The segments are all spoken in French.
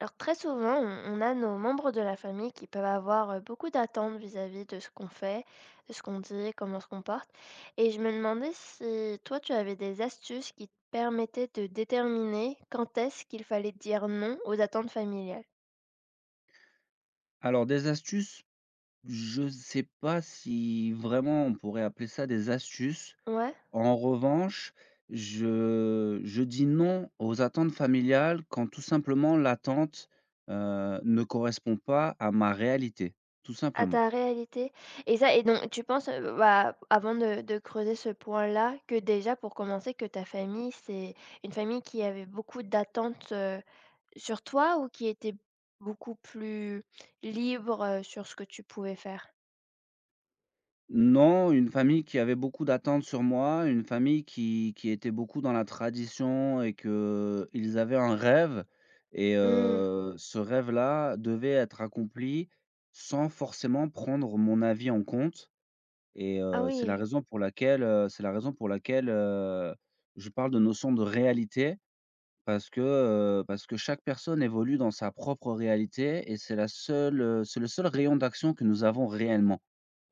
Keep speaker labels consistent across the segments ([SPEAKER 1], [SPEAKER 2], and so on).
[SPEAKER 1] Alors très souvent, on a nos membres de la famille qui peuvent avoir beaucoup d'attentes vis-à-vis de ce qu'on fait, de ce qu'on dit, comment on se comporte. Et je me demandais si toi, tu avais des astuces qui te permettaient de déterminer quand est-ce qu'il fallait dire non aux attentes familiales.
[SPEAKER 2] Alors des astuces, je ne sais pas si vraiment on pourrait appeler ça des astuces.
[SPEAKER 1] Ouais,
[SPEAKER 2] En revanche, je dis non aux attentes familiales quand tout simplement l'attente, ne correspond pas à ma réalité, tout
[SPEAKER 1] à
[SPEAKER 2] simplement.
[SPEAKER 1] ta réalité. Et ça, et donc tu penses, avant de creuser ce point-là, que déjà pour commencer, que ta famille, c'est une famille qui avait beaucoup d'attentes. Sur toi ou qui était beaucoup plus libre, sur ce que tu pouvais faire?
[SPEAKER 2] Non, une famille qui avait beaucoup d'attentes sur moi, une famille qui était beaucoup dans la tradition et que ils avaient un rêve et
[SPEAKER 1] Mmh.
[SPEAKER 2] ce rêve-là devait être accompli sans forcément prendre mon avis en compte et
[SPEAKER 1] Ah oui.
[SPEAKER 2] c'est la raison pour laquelle, je parle de notion de réalité parce que, parce que chaque personne évolue dans sa propre réalité et c'est le seul rayon d'action que nous avons réellement.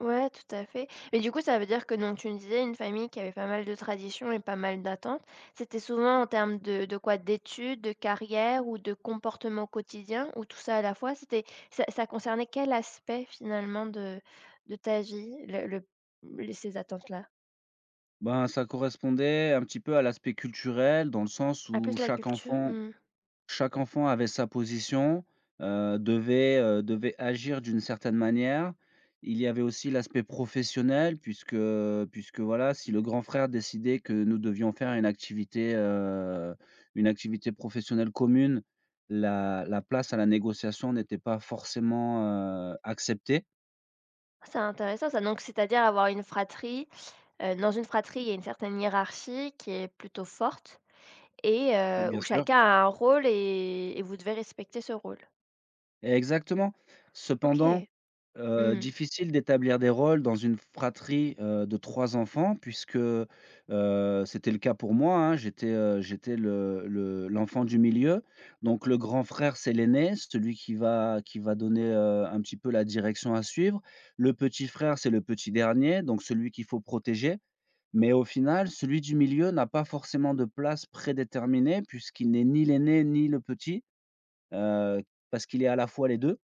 [SPEAKER 1] Ouais, tout à fait. Mais du coup, ça veut dire que donc tu me disais une famille qui avait pas mal de traditions et pas mal d'attentes. C'était souvent en termes de quoi? D'études, de carrière ou de comportement quotidien ou tout ça à la fois? C'était ça concernait quel aspect finalement de ta vie, le les ces attentes-là?
[SPEAKER 2] Ben, ça correspondait un petit peu à l'aspect culturel, dans le sens
[SPEAKER 1] Ah
[SPEAKER 2] où
[SPEAKER 1] plus la
[SPEAKER 2] chaque
[SPEAKER 1] culture,
[SPEAKER 2] enfant
[SPEAKER 1] mmh.
[SPEAKER 2] chaque enfant avait sa position, devait agir d'une certaine manière. Il y avait aussi l'aspect professionnel puisque voilà, si le grand frère décidait que nous devions faire une activité professionnelle commune, la place à la négociation n'était pas forcément, acceptée,
[SPEAKER 1] C'est intéressant ça, donc c'est-à-dire avoir une fratrie. Dans une fratrie, il y a une certaine hiérarchie qui est plutôt forte et
[SPEAKER 2] bien
[SPEAKER 1] où
[SPEAKER 2] sûr.
[SPEAKER 1] chacun a un rôle et vous devez respecter ce rôle.
[SPEAKER 2] Exactement. Cependant,
[SPEAKER 1] OK. Mmh.
[SPEAKER 2] difficile d'établir des rôles dans une fratrie, de 3 enfants c'était le cas pour moi, hein. J'étais le l'enfant du milieu. Donc le grand frère, c'est l'aîné, celui qui va donner, un petit peu la direction à suivre. Le petit frère, c'est le petit dernier, donc celui qu'il faut protéger. Mais au final, celui du milieu n'a pas forcément de place prédéterminée puisqu'il n'est ni l'aîné ni le petit, heu, parce qu'il est à la fois les 2.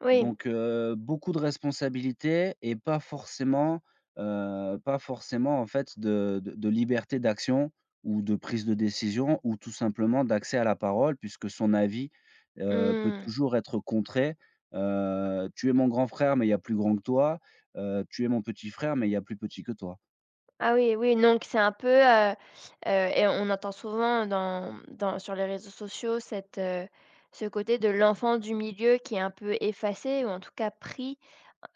[SPEAKER 1] Oui.
[SPEAKER 2] Donc, beaucoup de responsabilités et pas forcément en fait de liberté d'action ou de prise de décision ou tout simplement d'accès à la parole puisque son avis, peut
[SPEAKER 1] Mmh.
[SPEAKER 2] toujours être contré. Tu es mon grand frère, mais il y a plus grand que toi. Tu es mon petit frère, mais il y a plus petit que toi.
[SPEAKER 1] Ah oui, oui, donc c'est un peu, et on entend souvent dans sur les réseaux sociaux cette, ce côté de l'enfant du milieu qui est un peu effacé ou en tout cas pris,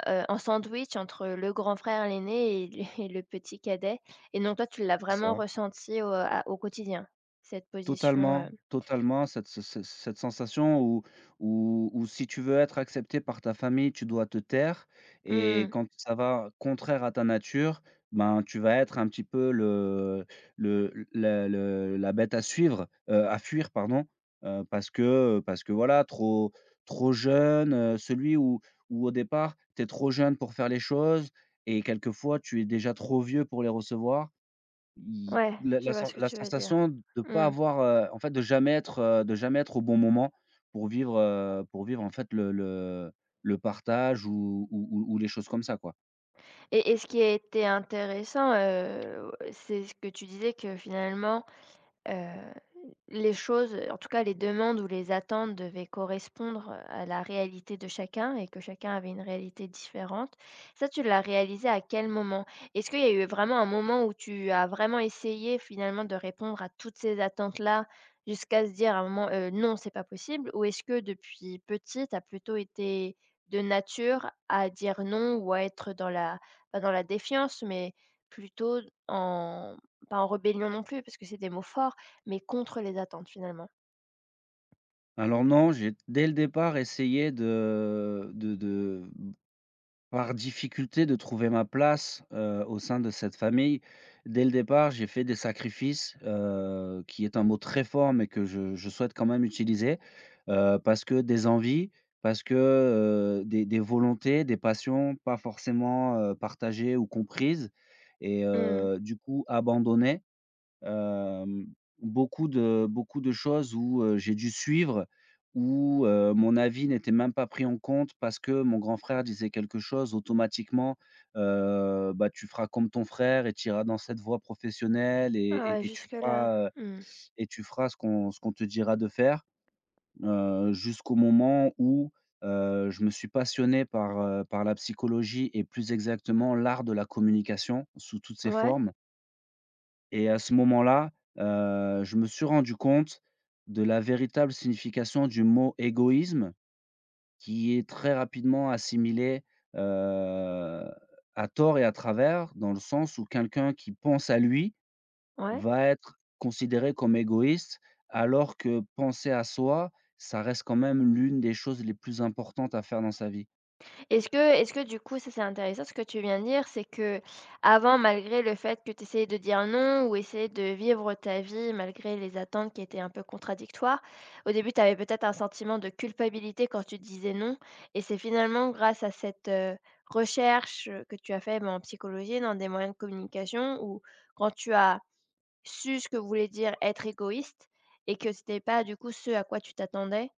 [SPEAKER 1] en sandwich entre le grand frère, l'aîné et le et le petit cadet et donc toi, tu l'as
[SPEAKER 2] C'est ça,
[SPEAKER 1] vraiment
[SPEAKER 2] hein.
[SPEAKER 1] ressenti au à au quotidien, cette position.
[SPEAKER 2] Totalement, totalement, cette ce ce cette sensation où si tu veux être accepté par ta famille, tu dois te taire et
[SPEAKER 1] Mmh.
[SPEAKER 2] quand ça va contraire à ta nature, ben, tu vas être un petit peu le la bête à fuir pardon, parce que voilà, trop trop jeune, celui où au départ, tu es trop jeune pour faire les choses et quelquefois tu es déjà trop vieux pour les recevoir. Il
[SPEAKER 1] Ouais,
[SPEAKER 2] la la
[SPEAKER 1] je vois
[SPEAKER 2] sen
[SPEAKER 1] ce que
[SPEAKER 2] la
[SPEAKER 1] tu veux dire.
[SPEAKER 2] sensation de pas
[SPEAKER 1] Mmh.
[SPEAKER 2] avoir, en fait, de jamais être au bon moment pour vivre, en fait, le partage ou les choses comme ça, quoi.
[SPEAKER 1] Et ce qui a été intéressant, c'est ce que tu disais que finalement, heu les choses, en tout cas les demandes ou les attentes devaient correspondre à la réalité de chacun et que chacun avait une réalité différente. Ça, tu l'as réalisé à quel moment? Est-ce qu'il y a eu vraiment un moment où tu as vraiment essayé finalement de répondre à toutes ces attentes-là jusqu'à se dire à un moment, «Non, c'est pas possible», ou est-ce que depuis petit, tu as plutôt été de nature à dire non ou à être dans la, pas dans la défiance, mais plutôt en, pas en rébellion non plus parce que c'est des mots forts, mais contre les attentes finalement.
[SPEAKER 2] Alors non, j'ai dès le départ essayé de par difficulté de trouver ma place, au sein de cette famille, dès le départ, j'ai fait des sacrifices, qui est un mot très fort, mais que je souhaite quand même utiliser, parce que des envies, parce que, des volontés, des passions pas forcément, partagées ou comprises et
[SPEAKER 1] Mmh.
[SPEAKER 2] du coup abandonnées. Hem, Beaucoup de choses où, j'ai dû suivre, où, mon avis n'était même pas pris en compte parce que mon grand frère disait quelque chose automatiquement, tu feras comme ton frère et tu iras dans cette voie professionnelle et
[SPEAKER 1] Ah ouais,
[SPEAKER 2] et
[SPEAKER 1] jusque-là. Mmh.
[SPEAKER 2] et tu feras ce qu'on te dira de faire, jusqu'au moment où, je me suis passionné par la psychologie et plus exactement l'art de la communication sous toutes ses
[SPEAKER 1] Ouais,
[SPEAKER 2] formes. Et à ce moment-là, je me suis rendu compte de la véritable signification du mot égoïsme qui est très rapidement assimilé, heu, à tort et à travers, dans le sens où quelqu'un qui pense à lui
[SPEAKER 1] ouais.
[SPEAKER 2] va être considéré comme égoïste, alors que penser à soi, ça reste quand même l'une des choses les plus importantes à faire dans sa vie.
[SPEAKER 1] Est-ce que du coup, ça, c'est intéressant ce que tu viens de dire, c'est que avant, malgré le fait que tu essayais de dire non ou essayer de vivre ta vie malgré les attentes qui étaient un peu contradictoires, au début, tu avais peut-être un sentiment de culpabilité quand tu disais non et c'est finalement grâce à cette, recherche, que tu as fait, ben, en psychologie, dans des moyens de communication où quand tu as su ce que voulait dire être égoïste et que c'était pas du coup ce à quoi tu t'attendais?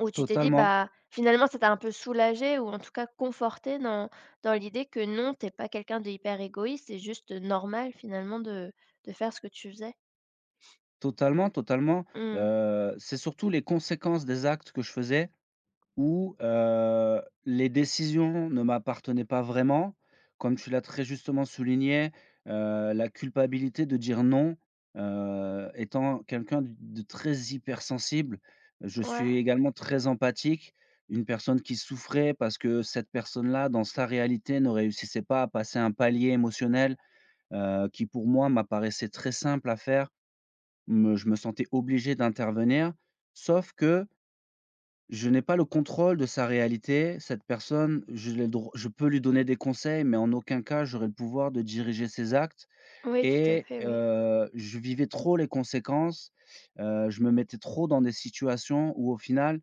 [SPEAKER 1] Ou tu t'es dit,
[SPEAKER 2] Totalement,
[SPEAKER 1] bah, finalement ça t'a un peu soulagé ou en tout cas conforté dans dans l'idée que non, t'es pas quelqu'un de hyper égoïste, c'est juste normal finalement de faire ce que tu faisais?
[SPEAKER 2] totalement, totalement,
[SPEAKER 1] Mmh.
[SPEAKER 2] c'est surtout les conséquences des actes que je faisais, où, les décisions ne m'appartenaient pas vraiment. Comme tu l'as très justement souligné, la culpabilité de dire non, étant quelqu'un d de très hypersensible, je
[SPEAKER 1] Ouais.
[SPEAKER 2] suis également très empathique. Une personne qui souffrait parce que cette personne-là, dans sa réalité, ne réussissait pas à passer un palier émotionnel, qui pour moi m'apparaissait très simple à faire. Me je me sentais obligé d'intervenir. Sauf que je n'ai pas le contrôle de sa réalité. Cette personne, je l'ai le dro je peux lui donner des conseils, mais en aucun cas, j'aurais le pouvoir de diriger ses actes
[SPEAKER 1] Oui, tout à
[SPEAKER 2] et
[SPEAKER 1] fait, oui.
[SPEAKER 2] je vivais trop les conséquences. Je me mettais trop dans des situations où au final,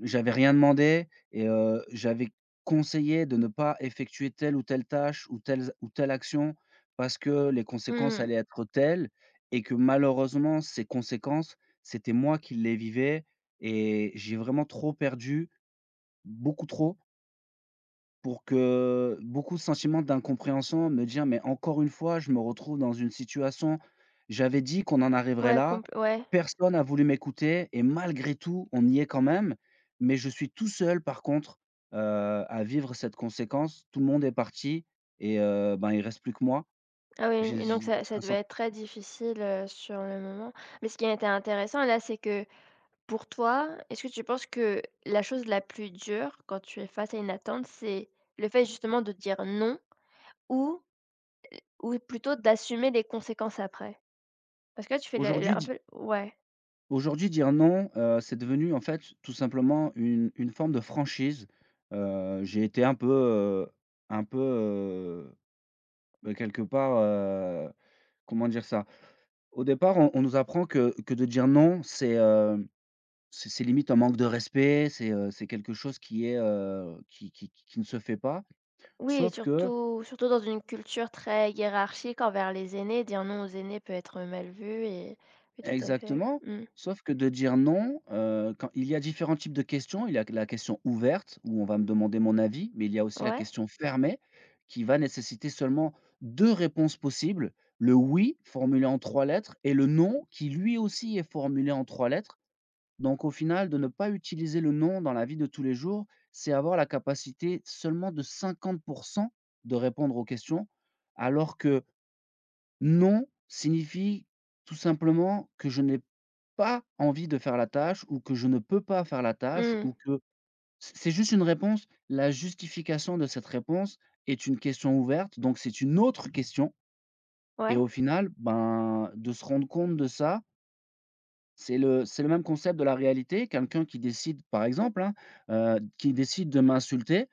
[SPEAKER 2] j'avais rien demandé et j'avais conseillé de ne pas effectuer telle ou telle tâche ou telle action parce que les conséquences
[SPEAKER 1] Mmh.
[SPEAKER 2] allaient être telles et que malheureusement ces conséquences, c'était moi qui les vivais et j'ai vraiment trop perdu, beaucoup trop, pour que beaucoup de sentiments d'incompréhension, me dire: «Mais encore une fois, je me retrouve dans une situation, j'avais dit qu'on en arriverait
[SPEAKER 1] Ouais,
[SPEAKER 2] là,
[SPEAKER 1] compl ouais.
[SPEAKER 2] personne a voulu m'écouter et malgré tout, on y est quand même. Mais je suis tout seul par contre, à vivre cette conséquence. Tout le monde est parti et il reste plus que moi».
[SPEAKER 1] Ah oui, et donc
[SPEAKER 2] J'ai
[SPEAKER 1] ça
[SPEAKER 2] c'est
[SPEAKER 1] ça
[SPEAKER 2] un sent
[SPEAKER 1] devait être très difficile, sur le moment. Mais ce qui a été intéressant là, c'est que, pour toi, est-ce que tu penses que la chose la plus dure quand tu es face à une attente, c'est le fait justement de dire non ou ou plutôt d'assumer les conséquences après? Parce que là, tu fais
[SPEAKER 2] aujourd'hui
[SPEAKER 1] le un
[SPEAKER 2] di
[SPEAKER 1] peu ouais.
[SPEAKER 2] Aujourd'hui dire non, c'est devenu en fait tout simplement une forme de franchise. J'ai été un peu, un peu, euh, bah, quelque part, comment dire ça? Au départ, on nous apprend que de dire non, c'est limite un manque de respect, c'est quelque chose qui est, qui ne se fait pas.
[SPEAKER 1] Oui, et
[SPEAKER 2] Sauf que
[SPEAKER 1] surtout dans une culture très hiérarchique envers les aînés, dire non aux aînés peut être mal vu et oui tout à fait,
[SPEAKER 2] Exactement,
[SPEAKER 1] mmh.
[SPEAKER 2] sauf que de dire non, quand il y a différents types de questions. Il y a la question ouverte où on va me demander mon avis, mais il y a aussi la
[SPEAKER 1] Ouais?
[SPEAKER 2] question fermée qui va nécessiter seulement 2 réponses possibles. Le «oui» formulé en 3 lettres et le «non» qui lui aussi est formulé en 3 lettres. Donc au final, de ne pas utiliser le «non» dans la vie de tous les jours, c'est avoir la capacité seulement de 50% de répondre aux questions, alors que «non» signifie tout simplement que je n'ai pas envie de faire la tâche ou que je ne peux pas faire la tâche
[SPEAKER 1] Mmh.
[SPEAKER 2] ou que c'est juste une réponse. La justification de cette réponse est une question ouverte, donc c'est une autre question et
[SPEAKER 1] Ouais.
[SPEAKER 2] au final, ben, de se rendre compte de ça. C'est le même concept de la réalité. Quelqu'un qui décide, par exemple, hein, qui décide de m'insulter,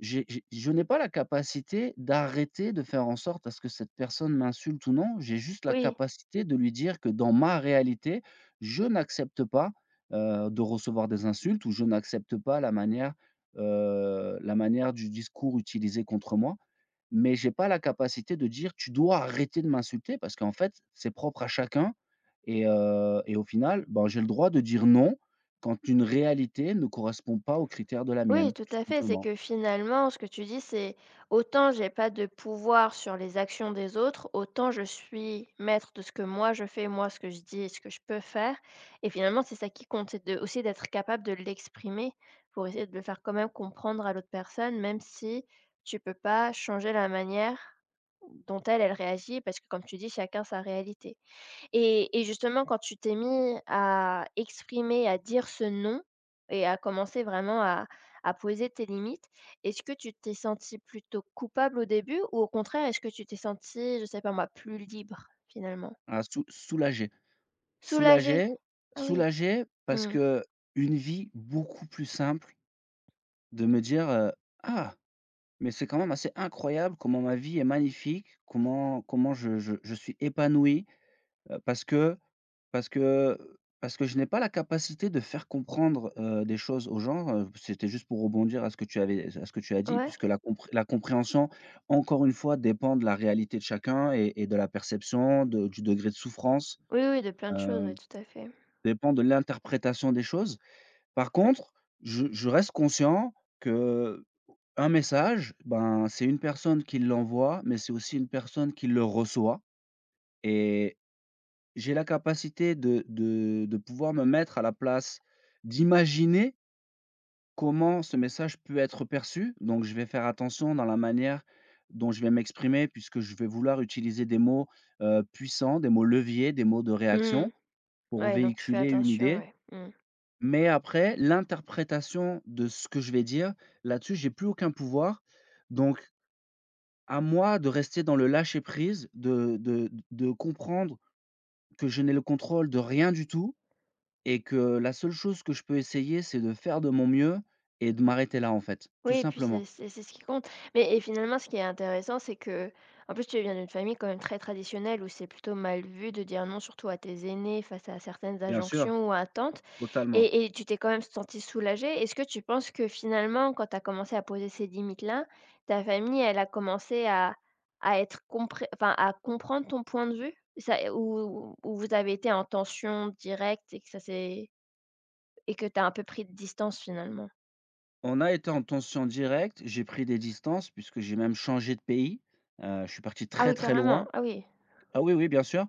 [SPEAKER 2] j'ai je n'ai pas la capacité d'arrêter de faire en sorte à ce que cette personne m'insulte ou non. J'ai juste la
[SPEAKER 1] Oui.
[SPEAKER 2] capacité de lui dire que dans ma réalité, je n'accepte pas, de recevoir des insultes ou je n'accepte pas la manière, la manière du discours utilisé contre moi. Mais j'ai pas la capacité de dire: «Tu dois arrêter de m'insulter» parce qu'en fait, c'est propre à chacun et au final, ben, j'ai le droit de dire non quand une réalité ne correspond pas aux critères de la
[SPEAKER 1] Oui,
[SPEAKER 2] mienne,
[SPEAKER 1] tout
[SPEAKER 2] tout
[SPEAKER 1] à fait. C'est
[SPEAKER 2] simplement.
[SPEAKER 1] que finalement, ce que tu dis, c'est, autant j'ai pas de pouvoir sur les actions des autres, autant je suis maître de ce que moi je fais, moi ce que je dis et ce que je peux faire. Et finalement, c'est ça qui compte, c'est de, aussi d'être capable de l'exprimer pour essayer de le faire quand même comprendre à l'autre personne, même si tu peux pas changer la manière dont elle, elle réagit, parce que comme tu dis, chacun sa réalité. Et justement, quand tu t'es mis à exprimer, à dire ce «non» et à commencer vraiment à poser tes limites, est-ce que tu t'es sentie plutôt coupable au début ou au contraire, est-ce que tu t'es sentie, je sais pas moi, plus libre finalement?
[SPEAKER 2] Ah, soulagé,
[SPEAKER 1] Soulagée?
[SPEAKER 2] soulagé,
[SPEAKER 1] Ah oui.
[SPEAKER 2] soulagé, parce
[SPEAKER 1] Mmh.
[SPEAKER 2] que une vie beaucoup plus simple de me dire, «Ah, mais c'est quand même assez incroyable comment ma vie est magnifique, comment comment je suis épanoui, heu, parce que parce que parce que je n'ai pas la capacité de faire comprendre, des choses aux gens», c'était juste pour rebondir à ce que tu as dit
[SPEAKER 1] Ouais.
[SPEAKER 2] puisque la compréhension, encore une fois, dépend de la réalité de chacun et de la perception, de du degré de souffrance.
[SPEAKER 1] Oui, oui, de plein de choses, ouais,
[SPEAKER 2] heu
[SPEAKER 1] tout à fait.
[SPEAKER 2] Dépend de l'interprétation des choses. Par contre, je reste conscient que un message, ben, c'est une personne qui l'envoie, mais c'est aussi une personne qui le reçoit et j'ai la capacité de pouvoir me mettre à la place, d'imaginer comment ce message peut être perçu. Donc je vais faire attention dans la manière dont je vais m'exprimer puisque je vais vouloir utiliser des mots, puissants, des mots leviers, des mots de réaction
[SPEAKER 1] Mmh.
[SPEAKER 2] pour
[SPEAKER 1] Ouais, donc tu fais
[SPEAKER 2] véhiculer une
[SPEAKER 1] attention,
[SPEAKER 2] idée.
[SPEAKER 1] ouais. Mmh.
[SPEAKER 2] Mais après, l'interprétation de ce que je vais dire, là-dessus, j'ai plus aucun pouvoir. Donc, à moi de rester dans le lâcher-prise, de comprendre que je n'ai le contrôle de rien du tout et que la seule chose que je peux essayer, c'est de faire de mon mieux et de m'arrêter là, en fait, tout
[SPEAKER 1] Oui et puis
[SPEAKER 2] simplement.
[SPEAKER 1] c'est ce qui compte. Mais et finalement, ce qui est intéressant, c'est que en plus, tu viens d'une famille quand même très traditionnelle où c'est plutôt mal vu de dire non, surtout à tes aînés, face à certaines
[SPEAKER 2] Bien sûr,
[SPEAKER 1] injonctions ou attentes
[SPEAKER 2] totalement.
[SPEAKER 1] et tu t'es quand même sentie soulagée. Est-ce que tu penses que finalement, quand tu as commencé à poser ces limites-là, ta famille, elle a commencé à être compré enfin, à comprendre ton point de vue? Ça où ou vous avez été en tension directe et que ça s'est et que tu as un peu pris de distance finalement?
[SPEAKER 2] On a été en tension directe, j'ai pris des distances puisque j'ai même changé de pays. Je suis parti
[SPEAKER 1] Ah
[SPEAKER 2] très,
[SPEAKER 1] oui,
[SPEAKER 2] très loin.
[SPEAKER 1] carrément. Ah oui.
[SPEAKER 2] Ah oui, oui, bien sûr.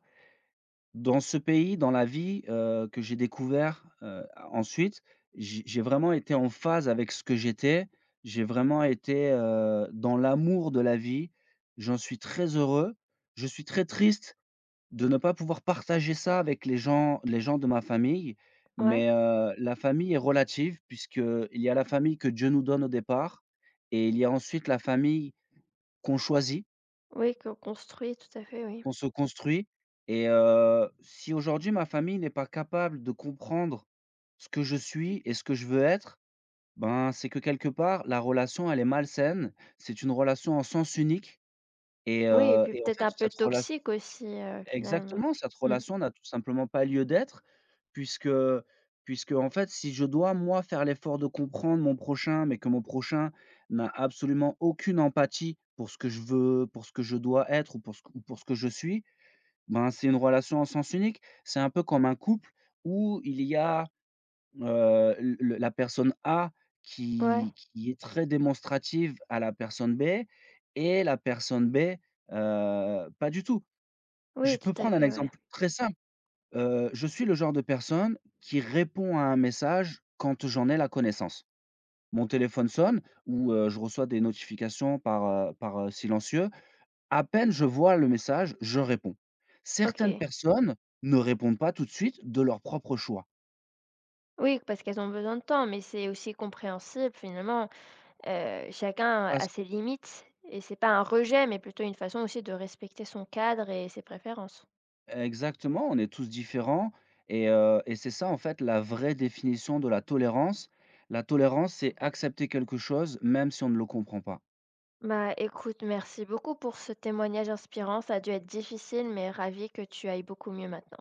[SPEAKER 2] Dans ce pays, dans la vie, que j'ai découvert, ensuite, j'ai vraiment été en phase avec ce que j'étais. J'ai vraiment été, dans l'amour de la vie. J'en suis très heureux. Je suis très triste de ne pas pouvoir partager ça avec les gens de ma famille,
[SPEAKER 1] Ouais.
[SPEAKER 2] mais la famille est relative puisque il y a la famille que Dieu nous donne au départ et il y a ensuite la famille qu'on choisit,
[SPEAKER 1] Oui, qu'on construit, tout à fait, oui.
[SPEAKER 2] qu'on se construit, et si aujourd'hui ma famille n'est pas capable de comprendre ce que je suis et ce que je veux être, ben, c'est que quelque part la relation elle est malsaine. C'est une relation en sens unique et
[SPEAKER 1] Oui et puis
[SPEAKER 2] en
[SPEAKER 1] peut-être
[SPEAKER 2] fait
[SPEAKER 1] un peu
[SPEAKER 2] cette relation,
[SPEAKER 1] toxique aussi, finalement.
[SPEAKER 2] exactement, cette
[SPEAKER 1] Mmh.
[SPEAKER 2] relation n'a tout simplement pas lieu d'être puisque puisque en fait si je dois moi faire l'effort de comprendre mon prochain, mais que mon prochain n'a absolument aucune empathie pour ce que je veux, pour ce que je dois être ou pour ce que je suis, ben, c'est une relation en sens unique. C'est un peu comme un couple où il y a, le la personne A
[SPEAKER 1] Ouais,
[SPEAKER 2] qui est très démonstrative à la personne B et la personne B, pas du tout. Je
[SPEAKER 1] oui,
[SPEAKER 2] peux
[SPEAKER 1] tout à
[SPEAKER 2] prendre un
[SPEAKER 1] fait, ouais.
[SPEAKER 2] exemple très simple. Je suis le genre de personne qui répond à un message quand j'en ai la connaissance. Mon téléphone sonne ou, je reçois des notifications par silencieux. À peine je vois le message, je réponds. Certaines
[SPEAKER 1] OK.
[SPEAKER 2] personnes ne répondent pas tout de suite de leur propre choix.
[SPEAKER 1] Oui, parce qu'elles ont besoin de temps, mais c'est aussi compréhensible finalement, chacun a
[SPEAKER 2] Parce
[SPEAKER 1] ses limites et c'est pas un rejet, mais plutôt une façon aussi de respecter son cadre et ses préférences.
[SPEAKER 2] Exactement, on est tous différents et c'est ça, en fait, la vraie définition de la tolérance. La tolérance, c'est accepter quelque chose même si on ne le comprend pas.
[SPEAKER 1] Bah, écoute, merci beaucoup pour ce témoignage inspirant, ça a dû être difficile, mais ravie que tu ailles beaucoup mieux maintenant.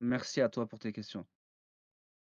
[SPEAKER 2] Merci à toi pour tes questions.